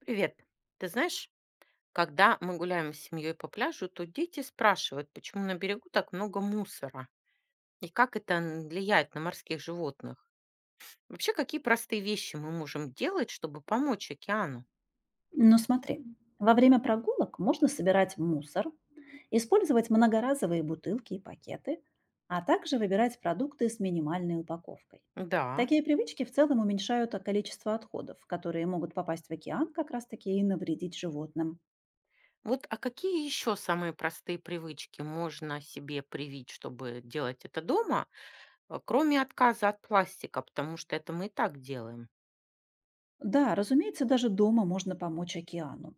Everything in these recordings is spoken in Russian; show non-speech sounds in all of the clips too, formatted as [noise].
Привет. Ты знаешь, когда мы гуляем с семьей по пляжу, то дети спрашивают, почему на берегу так много мусора и как это влияет на морских животных. Вообще, какие простые вещи мы можем делать, чтобы помочь океану? Ну смотри, во время прогулок можно собирать мусор, использовать многоразовые бутылки и пакеты, а также выбирать продукты с минимальной упаковкой. Да. Такие привычки в целом уменьшают количество отходов, которые могут попасть в океан как раз-таки и навредить животным. Вот, а какие еще самые простые привычки можно себе привить, чтобы делать это дома, а, кроме отказа от пластика, потому что это мы и так делаем? Да, разумеется, даже дома можно помочь океану.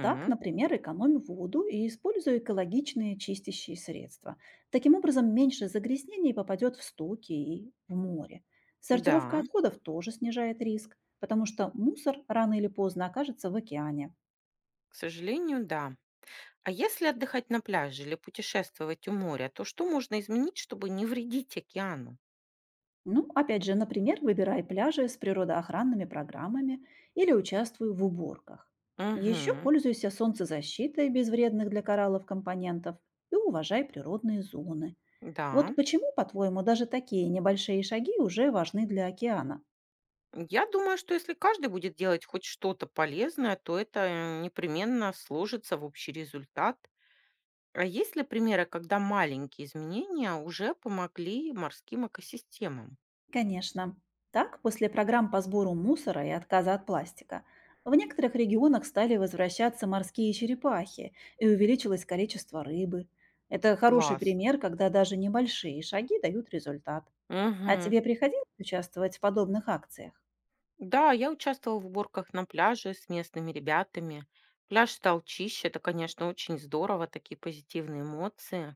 Так, например, экономь воду и используй экологичные чистящие средства. Таким образом, меньше загрязнений попадет в стоки и в море. Сортировка Да, отходов тоже снижает риск, потому что мусор рано или поздно окажется в океане. к сожалению, да. А если отдыхать на пляже или путешествовать у моря, то что можно изменить, чтобы не вредить океану? Ну, опять же, например, выбирай пляжи с природоохранными программами или участвуй в уборках. Еще Угу, пользуйся солнцезащитой без вредных для кораллов компонентов и уважай природные зоны. да. Вот почему, по-твоему, даже такие небольшие шаги уже важны для океана? Я думаю, что если каждый будет делать хоть что-то полезное, то это непременно сложится в общий результат. А есть ли примеры, когда маленькие изменения уже помогли морским экосистемам? Конечно. Так, после программ по сбору мусора и отказа от пластика, в некоторых регионах стали возвращаться морские черепахи, и увеличилось количество рыбы. Это хороший Класс. пример, когда даже небольшие шаги дают результат. А Угу. тебе приходилось участвовать в подобных акциях? Да, я участвовала в уборках на пляже с местными ребятами. Пляж стал чище, это, конечно, очень здорово, такие позитивные эмоции.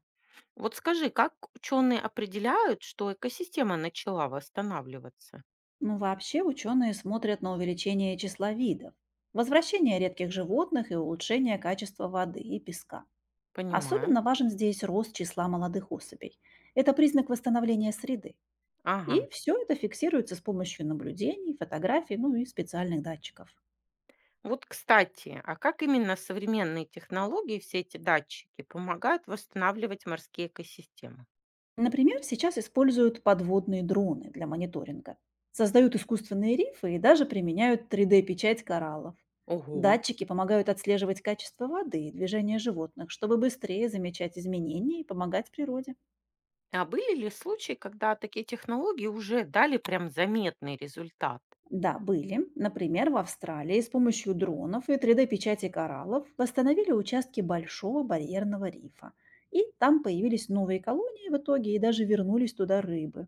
Вот скажи, как ученые определяют, что экосистема начала восстанавливаться? Ну, вообще ученые смотрят на увеличение числа видов, возвращение редких животных и улучшение качества воды и песка. Понимаю. Особенно важен здесь рост числа молодых особей. Это признак восстановления среды. Ага. И все это фиксируется с помощью наблюдений, фотографий, ну и специальных датчиков. Вот, кстати, а как именно современные технологии, все эти датчики, помогают восстанавливать морские экосистемы? Например, сейчас используют подводные дроны для мониторинга. Создают искусственные рифы и даже применяют 3D-печать кораллов. Ого. Датчики помогают отслеживать качество воды и движение животных, чтобы быстрее замечать изменения и помогать природе. А были ли случаи, когда такие технологии уже дали прям заметный результат? Да, были. Например, в Австралии с помощью дронов и 3D-печати кораллов восстановили участки большого барьерного рифа. И там появились новые колонии в итоге, и даже вернулись туда рыбы.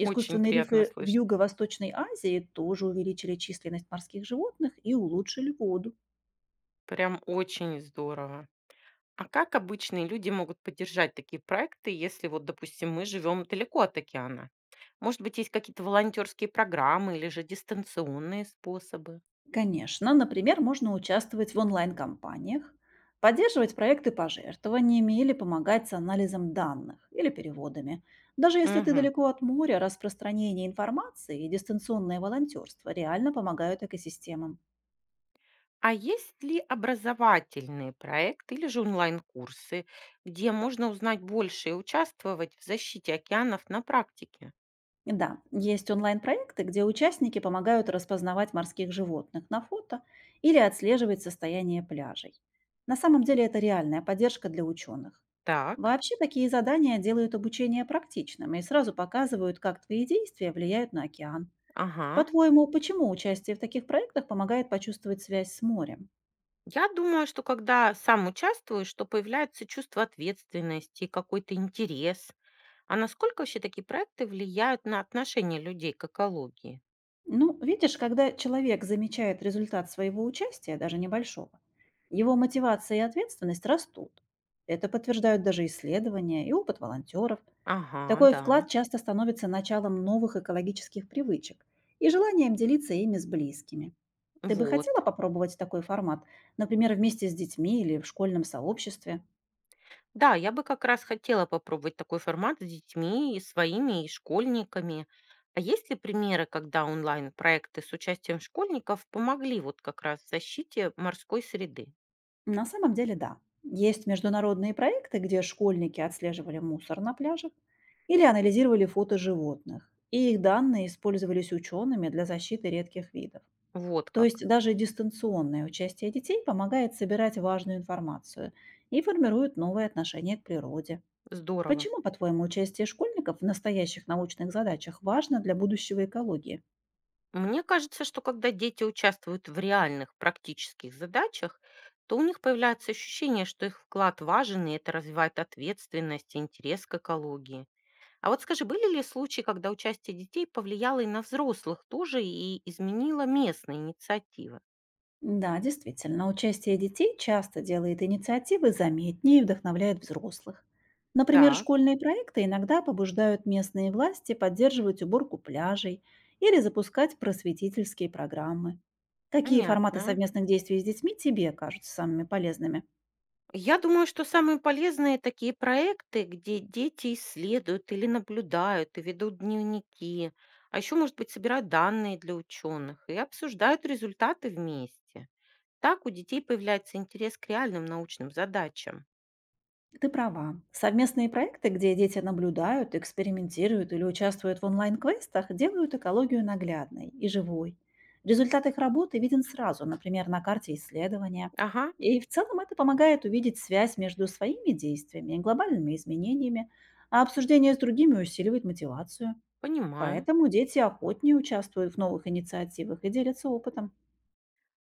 Очень приятно рифы в слышать. Юго-Восточной Азии тоже увеличили численность морских животных и улучшили воду. Прям очень здорово. А как обычные люди могут поддержать такие проекты, если вот, допустим, мы живем далеко от океана? Может быть, есть какие-то волонтерские программы или же дистанционные способы? Конечно, например, можно участвовать в онлайн-компаниях, поддерживать проекты пожертвованиями или помогать с анализом данных или переводами. Даже если ты Мгм. далеко от моря, распространение информации и дистанционное волонтерство реально помогают экосистемам. А есть ли образовательные проекты или же онлайн-курсы, где можно узнать больше и участвовать в защите океанов на практике? Да, есть онлайн-проекты, где участники помогают распознавать морских животных на фото или отслеживать состояние пляжей. На самом деле это реальная поддержка для ученых. Так, Вообще такие задания делают обучение практичным и сразу показывают, как твои действия влияют на океан. ага. По-твоему, почему участие в таких проектах помогает почувствовать связь с морем? Я думаю, что когда сам участвуешь, то появляется чувство ответственности, какой-то интерес. А насколько вообще такие проекты влияют на отношение людей к экологии? Ну, видишь, когда человек замечает результат своего участия, даже небольшого, его мотивация и ответственность растут. Это подтверждают даже исследования и опыт волонтеров. Ага, Такой да, вклад часто становится началом новых экологических привычек и желанием делиться ими с близкими. Ты бы хотела вот. попробовать такой формат, например, вместе с детьми или в школьном сообществе? Да, я бы как раз хотела попробовать такой формат с детьми, и своими, и школьниками. А есть ли примеры, когда онлайн-проекты с участием школьников помогли вот как раз в защите морской среды? На самом деле, да. Есть международные проекты, где школьники отслеживали мусор на пляжах или анализировали фото животных, и их данные использовались учеными для защиты редких видов. Вот То как. есть даже дистанционное участие детей помогает собирать важную информацию и формирует новые отношения к природе. Здорово. Почему, по-твоему, участие школьников в настоящих научных задачах важно для будущего экологии? Мне кажется, что когда дети участвуют в реальных практических задачах, то у них появляется ощущение, что их вклад важен, и это развивает ответственность и интерес к экологии. А вот скажи, были ли случаи, когда участие детей повлияло и на взрослых тоже и изменило местные инициативы? Да, действительно, участие детей часто делает инициативы заметнее и вдохновляет взрослых. Например, Так, школьные проекты иногда побуждают местные власти поддерживать уборку пляжей или запускать просветительские программы. Какие форматы понятно. совместных действий с детьми тебе кажутся самыми полезными? Я думаю, что самые полезные такие проекты, где дети исследуют или наблюдают, и ведут дневники, а еще, может быть, собирают данные для ученых и обсуждают результаты вместе. Так у детей появляется интерес к реальным научным задачам. Ты права. Совместные проекты, где дети наблюдают, экспериментируют или участвуют в онлайн-квестах, делают экологию наглядной и живой. Результат их работы виден сразу, например, на карте исследования. Ага, И в целом это помогает увидеть связь между своими действиями и глобальными изменениями, а обсуждение с другими усиливает мотивацию. понимаю. Поэтому дети охотнее участвуют в новых инициативах и делятся опытом.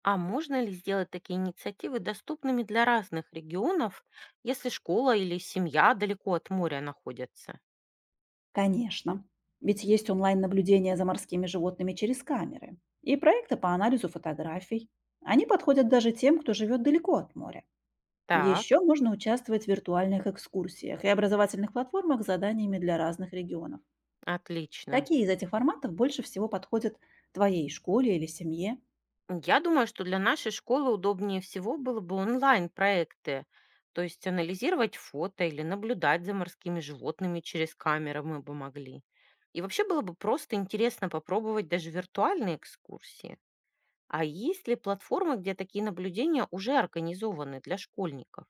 А можно ли сделать такие инициативы доступными для разных регионов, если школа или семья далеко от моря находятся? Конечно. Ведь есть онлайн-наблюдение за морскими животными через камеры и проекты по анализу фотографий. Они подходят даже тем, кто живет далеко от моря. Еще Так, можно участвовать в виртуальных экскурсиях и образовательных платформах с заданиями для разных регионов. отлично. Какие из этих форматов больше всего подходят твоей школе или семье? Я думаю, что для нашей школы удобнее всего было бы онлайн-проекты, то есть анализировать фото или наблюдать за морскими животными через камеры мы бы могли. И вообще было бы просто интересно попробовать даже виртуальные экскурсии. А есть ли платформы, где такие наблюдения уже организованы для школьников?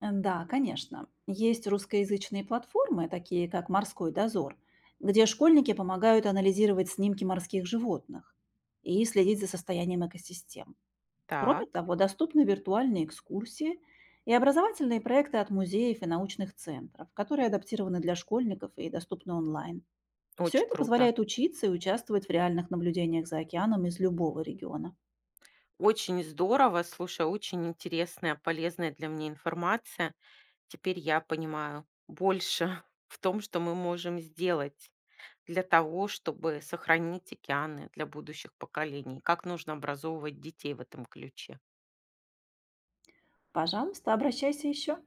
Да, конечно. Есть русскоязычные платформы, такие как «Морской дозор», где школьники помогают анализировать снимки морских животных и следить за состоянием экосистем. Кроме Так, того, доступны виртуальные экскурсии и образовательные проекты от музеев и научных центров, которые адаптированы для школьников и доступны онлайн. Все очень это круто. позволяет учиться и участвовать в реальных наблюдениях за океаном из любого региона. Очень здорово, слушай, очень интересная, полезная для меня информация. Теперь я понимаю больше [laughs] в том, что мы можем сделать для того, чтобы сохранить океаны для будущих поколений. Как нужно образовывать детей в этом ключе. Пожалуйста, обращайся еще.